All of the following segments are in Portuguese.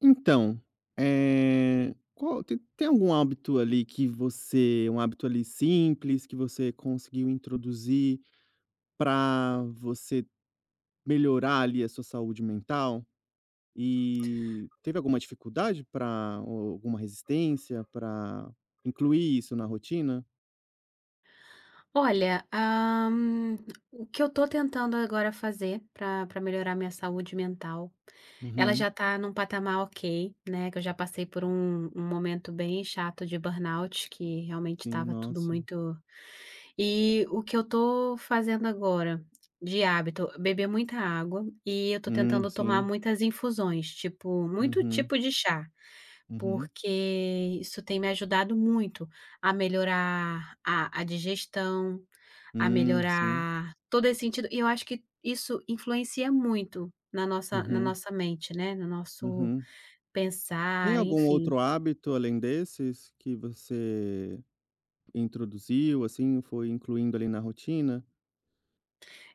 Então, qual tem algum hábito ali que você um hábito ali simples que você conseguiu introduzir para você melhorar ali a sua saúde mental? E teve alguma dificuldade para alguma resistência para incluir isso na rotina? Olha, o que eu tô tentando agora fazer para pra melhorar minha saúde mental. Ela Uhum. já tá num patamar ok, né, que eu já passei por um momento bem chato de burnout, que realmente Sim, estava tudo nossa. muito. E o que eu tô fazendo agora, de hábito, beber muita água, e eu tô tentando tomar Sim. muitas infusões, tipo, muito Uhum, tipo de chá. uhum. Porque isso tem me ajudado muito a melhorar a digestão, a Sim. melhorar todo esse sentido, e eu acho que isso influencia muito na nossa na Uhum, nossa mente, né, no nosso uhum. Tem pensar, algum enfim. outro hábito além desses que você introduziu, assim, foi incluindo ali na rotina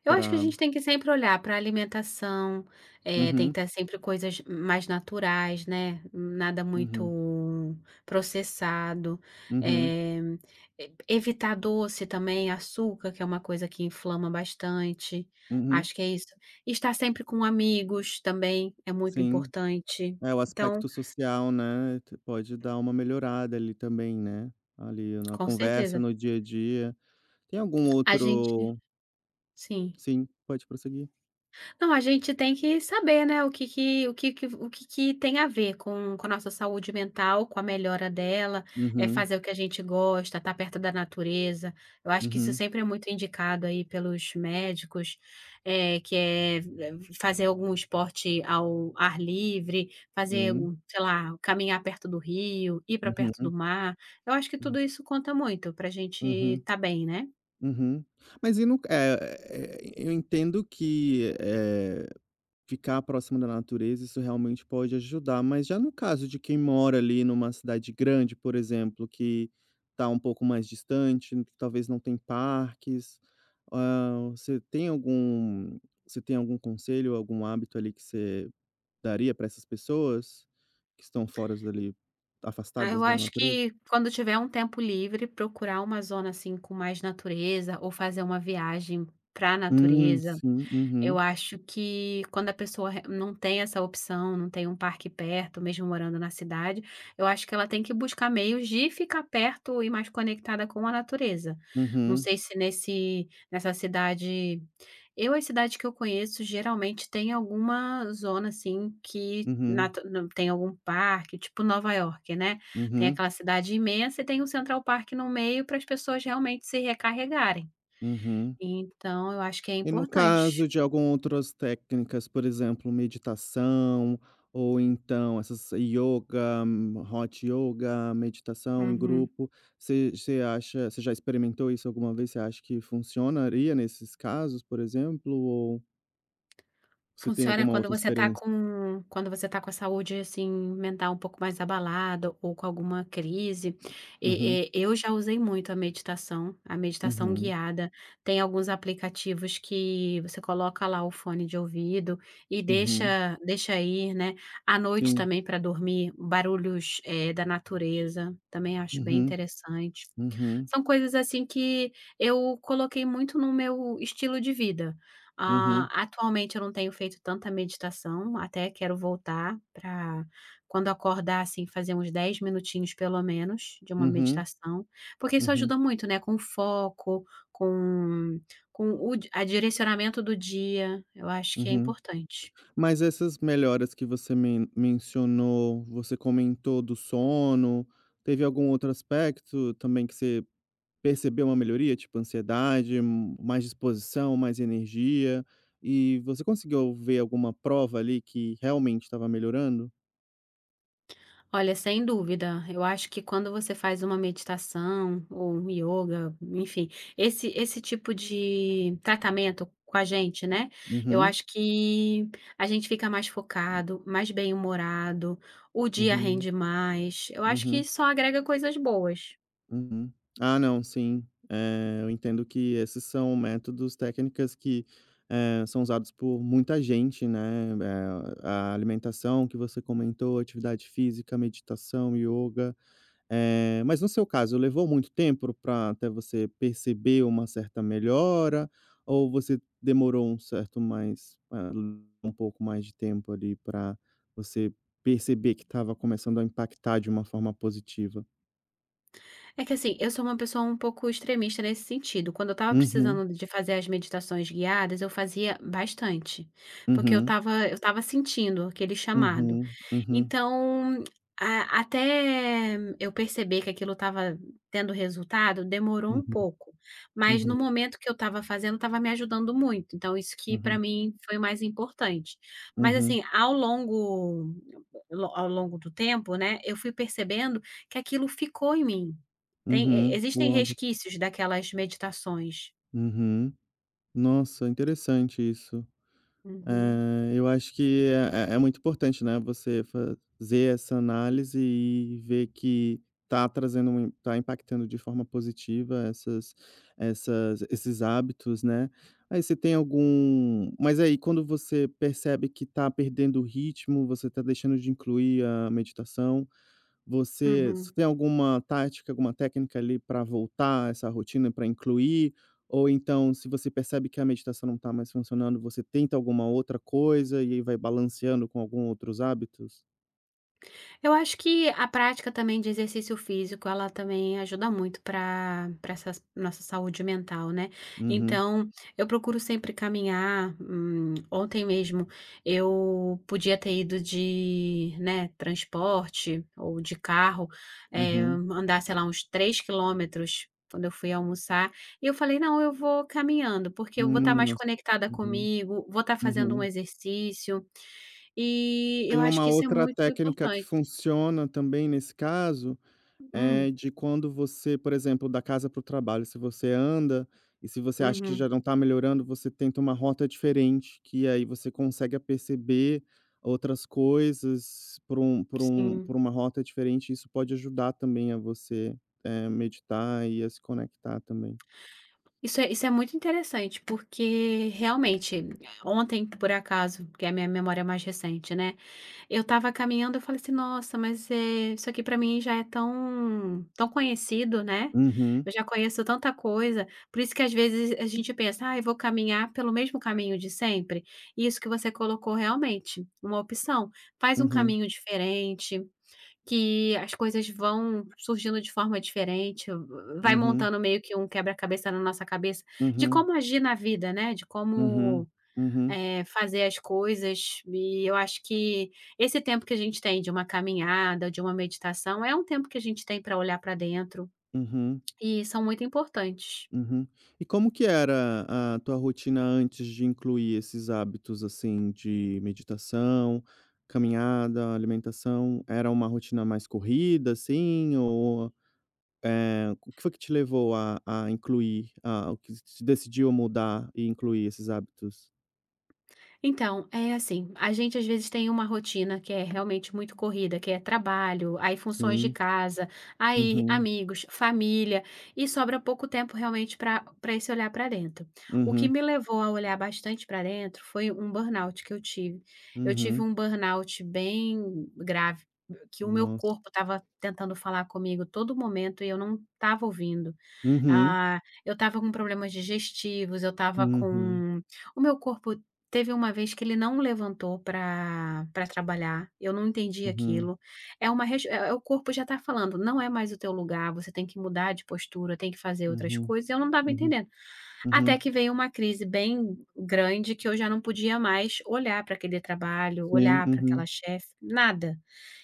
Eu acho que a para. gente tem que sempre olhar pra alimentação, tem Uhum, que estar sempre coisas mais naturais, né, nada uhum, muito processado. uhum, eh, e evitar doce também, açúcar, que é uma coisa que inflama bastante. uhum, Acho que é isso. Estar sempre com amigos também é muito sim. importante. É, o Então, aspecto social, né, t pode dar uma melhorada ali também, né, ali na com conversa, certeza, no dia a dia. Tem algum a gente, outro, sim. sim, pode prosseguir. Não, a gente tem que saber, né, o que que o que que o que que tem a ver com a nossa saúde mental, com a melhora dela. É Uhum, fazer o que a gente gosta, estar perto da natureza. Eu acho que isso uhum, sempre é muito indicado aí pelos médicos, eh, que é é, fazer algum esporte ao ar livre, fazer sim, um, sei lá, caminhar perto do rio, ir para perto do uhum, mar. Eu acho que tudo hum, isso conta muito para a gente uhum, estar bem, né? uhum. Mas e no c eu entendo que, ficar próximo da natureza, isso realmente pode ajudar, mas já no caso de quem mora ali numa cidade grande, por exemplo, que está um pouco mais distante, que talvez não tem parques, você tem algum, você tem algum conselho, algum hábito ali que você daria para essas pessoas que estão foras dali Ah, afastadas eu da acho natureza? que quando tiver um tempo livre, procurar uma zona, assim, com mais natureza, ou fazer uma viagem para a natureza. Sim. Eu Uhum. acho que quando a pessoa re não tem essa opção, não tem um parque perto, mesmo morando na cidade, eu acho que ela tem que buscar meios de ficar perto e mais conectada com a natureza. Não Uhum. sei se nesse nessa cidade eu as cidades que eu conheço geralmente tem alguma zona, assim, que Uhum. natu não tem algum parque, tipo Nova York, né, tem Uhum. aquela cidade imensa e tem o Central Park no meio para as pessoas realmente se recarregarem. Uhum. Uhum. Então eu acho que é E no caso importante. de algumas outras técnicas, por exemplo, meditação ou então essas yoga, hot yoga, meditação em Uhum. grupo, você você acha, você já experimentou isso alguma vez? Você acha que funcionaria nesses casos, por exemplo, ou você tem Funciona alguma quando outra você tá experiência? com quando você tá com a saúde, assim, mental um pouco mais abalada ou com alguma crise. Uhum, E eu já usei muito a meditação uhum, guiada. Tem alguns aplicativos que você coloca lá o fone de ouvido e uhum, deixa ir, né. À noite sim. também para dormir, barulhos, da natureza, também acho bem Uhum, interessante. uhum, São coisas, assim, que eu coloquei muito no meu estilo de vida. Ah, uhum, atualmente eu não tenho feito tanta meditação, até quero voltar para, quando acordar, assim, fazer uns 10 minutinhos pelo menos de uma uhum, meditação, porque isso uhum, ajuda muito, né, com foco, com com o di a direcionamento do dia. Eu acho que é uhum. importante. Mas essas melhoras que você mencionou, você comentou do sono, teve algum outro aspecto também que você percebeu uma melhoria, tipo ansiedade, mais disposição, mais energia, e você conseguiu ver alguma prova ali que realmente estava melhorando? Olha, sem dúvida. Eu acho que quando você faz uma meditação ou um yoga, enfim, esse tipo de tratamento com a gente, né? Eu Uhum, acho que a gente fica mais focado, mais bem-humorado, o dia uhum, rende mais. Eu acho que uhum. só agrega coisas boas. Uhum. Ah, não, sim. Eu entendo que esses são métodos, técnicas que, são usados por muita gente, né, a alimentação que você comentou, atividade física, meditação, yoga. Mas no seu caso, levou muito tempo para até você perceber uma certa melhora, ou você demorou um certo mais um pouco mais de tempo ali para você perceber que estava começando a impactar de uma forma positiva? É que assim, eu sou uma pessoa um pouco extremista nesse sentido. Quando eu estava Uhum, precisando de fazer as meditações guiadas, eu fazia bastante, porque eu uhum. estava eu estava sentindo aquele chamado. Uhum, uhum, Então, até eu perceber que aquilo estava tendo resultado, demorou um uhum, pouco. Mas no uhum, momento que eu estava fazendo, estava me ajudando muito. Então, isso que para uhum, mim foi o mais importante. Mas uhum, assim, ao longo do tempo, né, eu fui percebendo que aquilo ficou em mim. Tem e uhum, Existem o âmbito. resquícios daquelas meditações. Uhum. Nossa, interessante isso. Uhum, Eu acho que é é é muito importante, né, você fazer essa análise e ver que tá trazendo um tá impactando de forma positiva essas essas esses hábitos, né. Aí você tem algum, mas aí quando você percebe que tá perdendo o ritmo, você tá deixando de incluir a meditação. Você você uhum. tem alguma tática, alguma técnica ali para voltar a essa rotina, para incluir? Ou então, se você percebe que a meditação não está mais funcionando, você tenta alguma outra coisa e aí vai balanceando com alguns outros hábitos? Eu acho que a prática também de exercício físico, ela também ajuda muito para essa nossa saúde mental, né. Uhum, Então, eu procuro sempre caminhar. Ontem mesmo eu podia ter ido de, né, transporte ou de carro, eh, uhum. andar, sei lá, uns 3 quilômetros quando eu fui almoçar. E eu falei: "Não, eu vou caminhando, porque eu vou estar mais Nossa. conectada Uhum, comigo, vou estar fazendo um uhum. exercício". E eu Tem acho uma que isso é outra muito técnica que importante. funciona também nesse caso. Hum, É, de quando você, por exemplo, da casa para o trabalho, se você anda e se você acha que já uhum, não está melhorando, você tenta uma rota diferente, que aí você consegue perceber outras coisas por um, por um, sim. por uma rota diferente, isso pode ajudar também a você, meditar e a se conectar também. Isso é muito interessante, porque realmente, ontem, por acaso, que é a minha memória mais recente, né, eu estava caminhando. Eu falei assim: "Nossa, mas, isso aqui pra mim já é tão tão conhecido, né, eu Uhum, já conheço tanta coisa". Por isso que às vezes a gente pensa: "Ah, eu vou caminhar pelo mesmo caminho de sempre", e isso que você colocou realmente, uma opção, faz um uhum, caminho diferente. Que as coisas vão surgindo de forma diferente, vai uhum, montando meio que um quebra-cabeça na nossa cabeça, de uhum, como agir na vida, né, de uhum, como, uhum, fazer as coisas. E eu acho que esse tempo que a gente tem de uma caminhada, de uma meditação, é um tempo que a gente tem para olhar para dentro, uhum, uhum. e são muito importantes. Uhum. E como que era a tua rotina antes de incluir esses hábitos, assim, de meditação, caminhada, alimentação? Era uma rotina mais corrida, assim, ou, o que foi que te levou a incluir, a o que te decidiu mudar e incluir esses hábitos? Então, é assim, a gente às vezes tem uma rotina que é realmente muito corrida, que é trabalho, aí funções de Sim. casa, aí Uhum. amigos, família, e sobra pouco tempo realmente para esse olhar para dentro. O que Uhum. me levou a olhar bastante para dentro foi um burnout que eu tive. Eu tive Uhum. um burnout bem grave, que o meu Nossa. corpo estava tentando falar comigo todo momento e eu não estava ouvindo. Uhum. Ah, eu estava com problemas digestivos. Eu estava Uhum. com O meu corpo teve uma vez que ele não levantou para trabalhar, eu não entendi Uhum. aquilo. É uma res é é o corpo já está falando: "Não é mais o teu lugar, você tem que mudar de postura, tem que fazer outras Uhum. coisas", eu não estava Uhum. entendendo. Uhum. Até que veio uma crise bem grande que eu já não podia mais olhar para aquele trabalho, Sim. olhar para aquela Uhum. chefe, nada.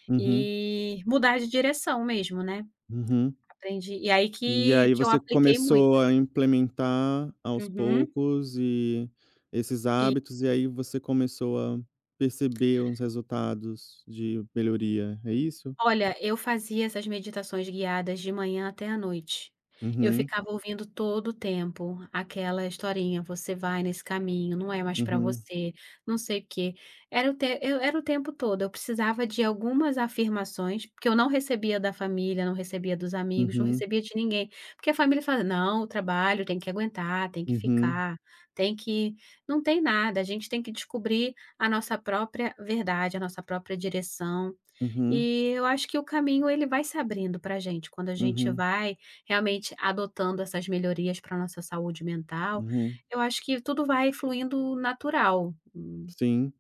Uhum. E mudar de direção mesmo, né, Uhum. aprendi e aí E aí que eu você apliquei muito. começou a implementar aos Uhum. poucos e esses hábitos, e aí você começou a perceber uns resultados de melhoria, é isso? Olha, eu fazia essas meditações guiadas de manhã até à noite. Eu Uhum, ficava ouvindo todo o tempo aquela historinha: "Você vai nesse caminho, não é mais para uhum, você", não sei o quê. Era o te eu era o tempo todo, eu precisava de algumas afirmações, porque eu não recebia da família, não recebia dos amigos, não uhum, recebia de ninguém, porque a família fala: "Não, o trabalho tem que aguentar, tem que uhum, ficar, tem que", não tem nada, a gente tem que descobrir a nossa própria verdade, a nossa própria direção. uhum, E eu acho que o caminho ele vai se abrindo pra gente, quando a uhum, gente uhum, vai realmente adotando essas melhorias para nossa saúde mental, uhum, eu acho que tudo vai fluindo natural, sim.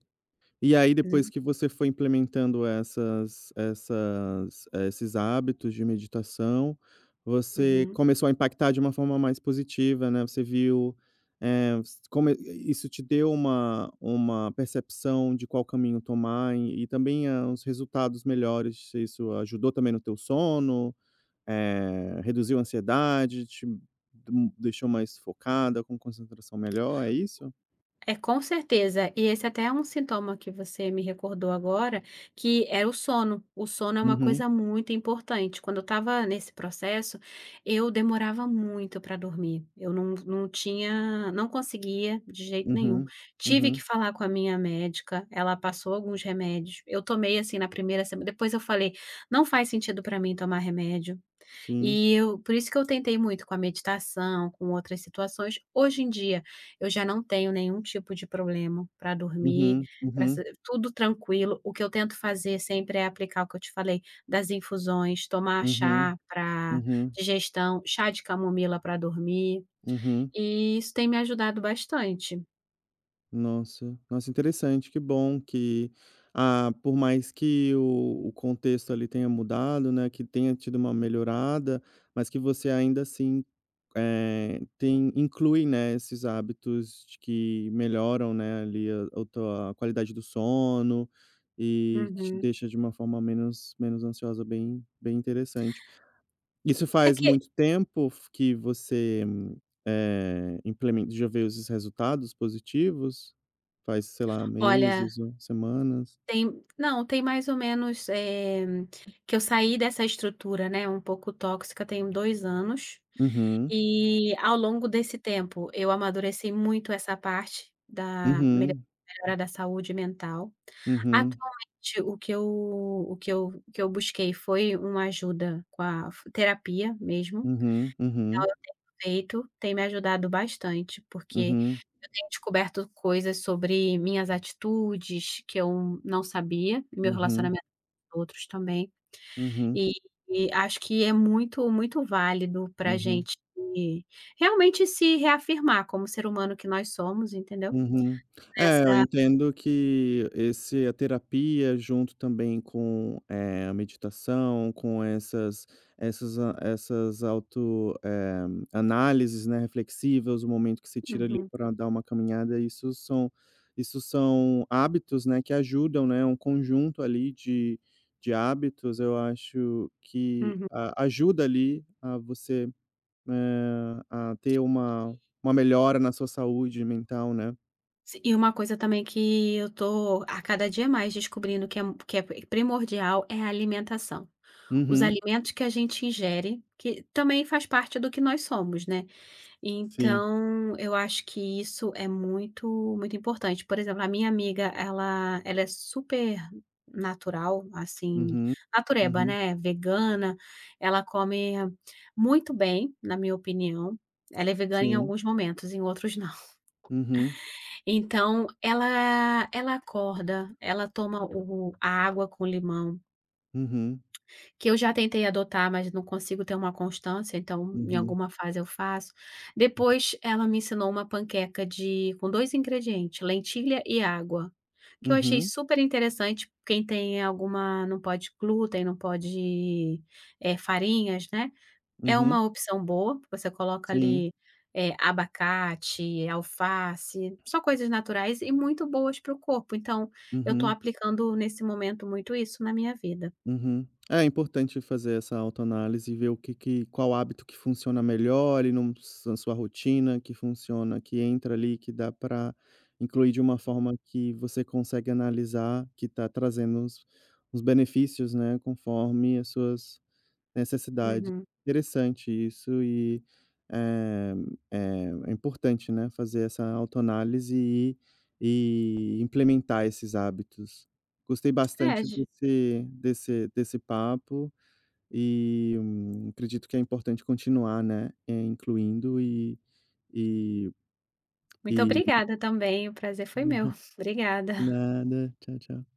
E aí né. depois que você foi implementando essas essas esses hábitos de meditação, você Uhum. começou a impactar de uma forma mais positiva, né, você viu, como isso te deu uma percepção de qual caminho tomar e também a uns resultados melhores, se isso ajudou também no teu sono, reduziu a ansiedade, te dum deixou mais focada, com concentração melhor, é isso? É, com certeza. E esse até é um sintoma que você me recordou agora, que era o sono. O sono é uma Uhum, coisa muito importante. Quando eu estava nesse processo, eu demorava muito para dormir. Eu não, não tinha, não conseguia de jeito nenhum. uhum, Tive que uhum, falar com a minha médica, ela passou alguns remédios. Eu tomei assim na primeira semana. Depois eu falei, não faz sentido para mim tomar remédio. sim. E eu por isso que eu tentei muito com a meditação, com outras situações. Hoje em dia, eu já não tenho nenhum tipo de problema para dormir, Uhum, graça, uhum, tudo tranquilo. O que eu tento fazer sempre é aplicar o que eu te falei, das infusões, tomar uhum, chá para uhum, digestão, chá de camomila para dormir, uhum. e isso tem me ajudado bastante. Nossa, nossa, interessante, que bom que, ah, por mais que o contexto ali tenha mudado, né, que tenha tido uma melhorada, mas que você ainda assim, tem inclui, né, esses hábitos de que melhoram, né, ali a o tua qualidade do sono, e que te Uhum. deixa de uma forma menos menos ansiosa, bem bem interessante. Isso É faz que, muito tempo f que você, eh, implemen já vê os resultados positivos? Faz, sei lá, olha, meses ou semanas? Tem não, tem mais ou menos, que eu saí dessa estrutura, né, um pouco tóxica, tem 2 anos, Uhum. e ao longo desse tempo eu amadureci muito essa parte da melho Uhum. melhora da saúde mental. Uhum. Atualmente o que eu o que eu o que eu busquei foi uma ajuda com a f terapia mesmo, Uhum. então Uhum. eu tenho feito, tem me ajudado bastante, porque Uhum. tenho descoberto coisas sobre minhas atitudes que eu não sabia, meu Uhum. relacionamento com outros também, Uhum. e e acho que é muito, muito válido pra Uhum. gente realmente se reafirmar como ser humano que nós somos, entendeu? Uhum. É, eu Essa entendo que esse a terapia junto também com, a meditação, com essas essas a essas auto, análises, né, reflexivas, o momento que se tira ali Uhum, para dar uma caminhada, isso são hábitos, né, que ajudam, né, um conjunto ali de hábitos, eu acho que uhum. a ajuda ali a você, a ter uma melhora na sua saúde mental, né. Si e uma coisa também que eu tô a cada dia mais descobrindo, que é primordial, é a alimentação. Os Uhum, alimentos que a gente ingere, que também faz parte do que nós somos, né? sim. Então, eu acho que isso é muito, muito importante. Por exemplo, a minha amiga, ela é super natural, assim, Uhum, natureba, uhum, né, vegana, ela come muito bem, na minha opinião. Ela é vegana em sim. alguns momentos, em outros não. Uhum, Então, ela acorda, ela toma o a água com limão, uhum, que eu já tentei adotar, mas não consigo ter uma constância, então em uhum, alguma fase eu faço. Depois ela me ensinou uma panqueca de com 2 ingredientes, lentilha e água, que eu achei uhum, super interessante. Quem tem alguma não pode glúten, não pode, farinhas, né, é uhum, uma opção boa. Você coloca sim. ali, abacate, alface, só coisas naturais e muito boas para o corpo, então eu estou Uhum, aplicando nesse momento muito isso na minha vida. uhum. É importante fazer essa autoanálise e ver o que que qual hábito que funciona melhor e num na sua rotina, que funciona, que entra ali, que dá para incluir de uma forma que você consegue analisar que está trazendo os benefícios, né, conforme as suas necessidade. Uhum. Interessante isso e, eh é importante, né, fazer essa autoanálise e implementar esses hábitos. Gostei É. bastante desse desse desse papo e, acredito que é importante continuar, né, incluindo e Muito e obrigada também, o prazer foi meu. Obrigada. nada. Tchau, tchau.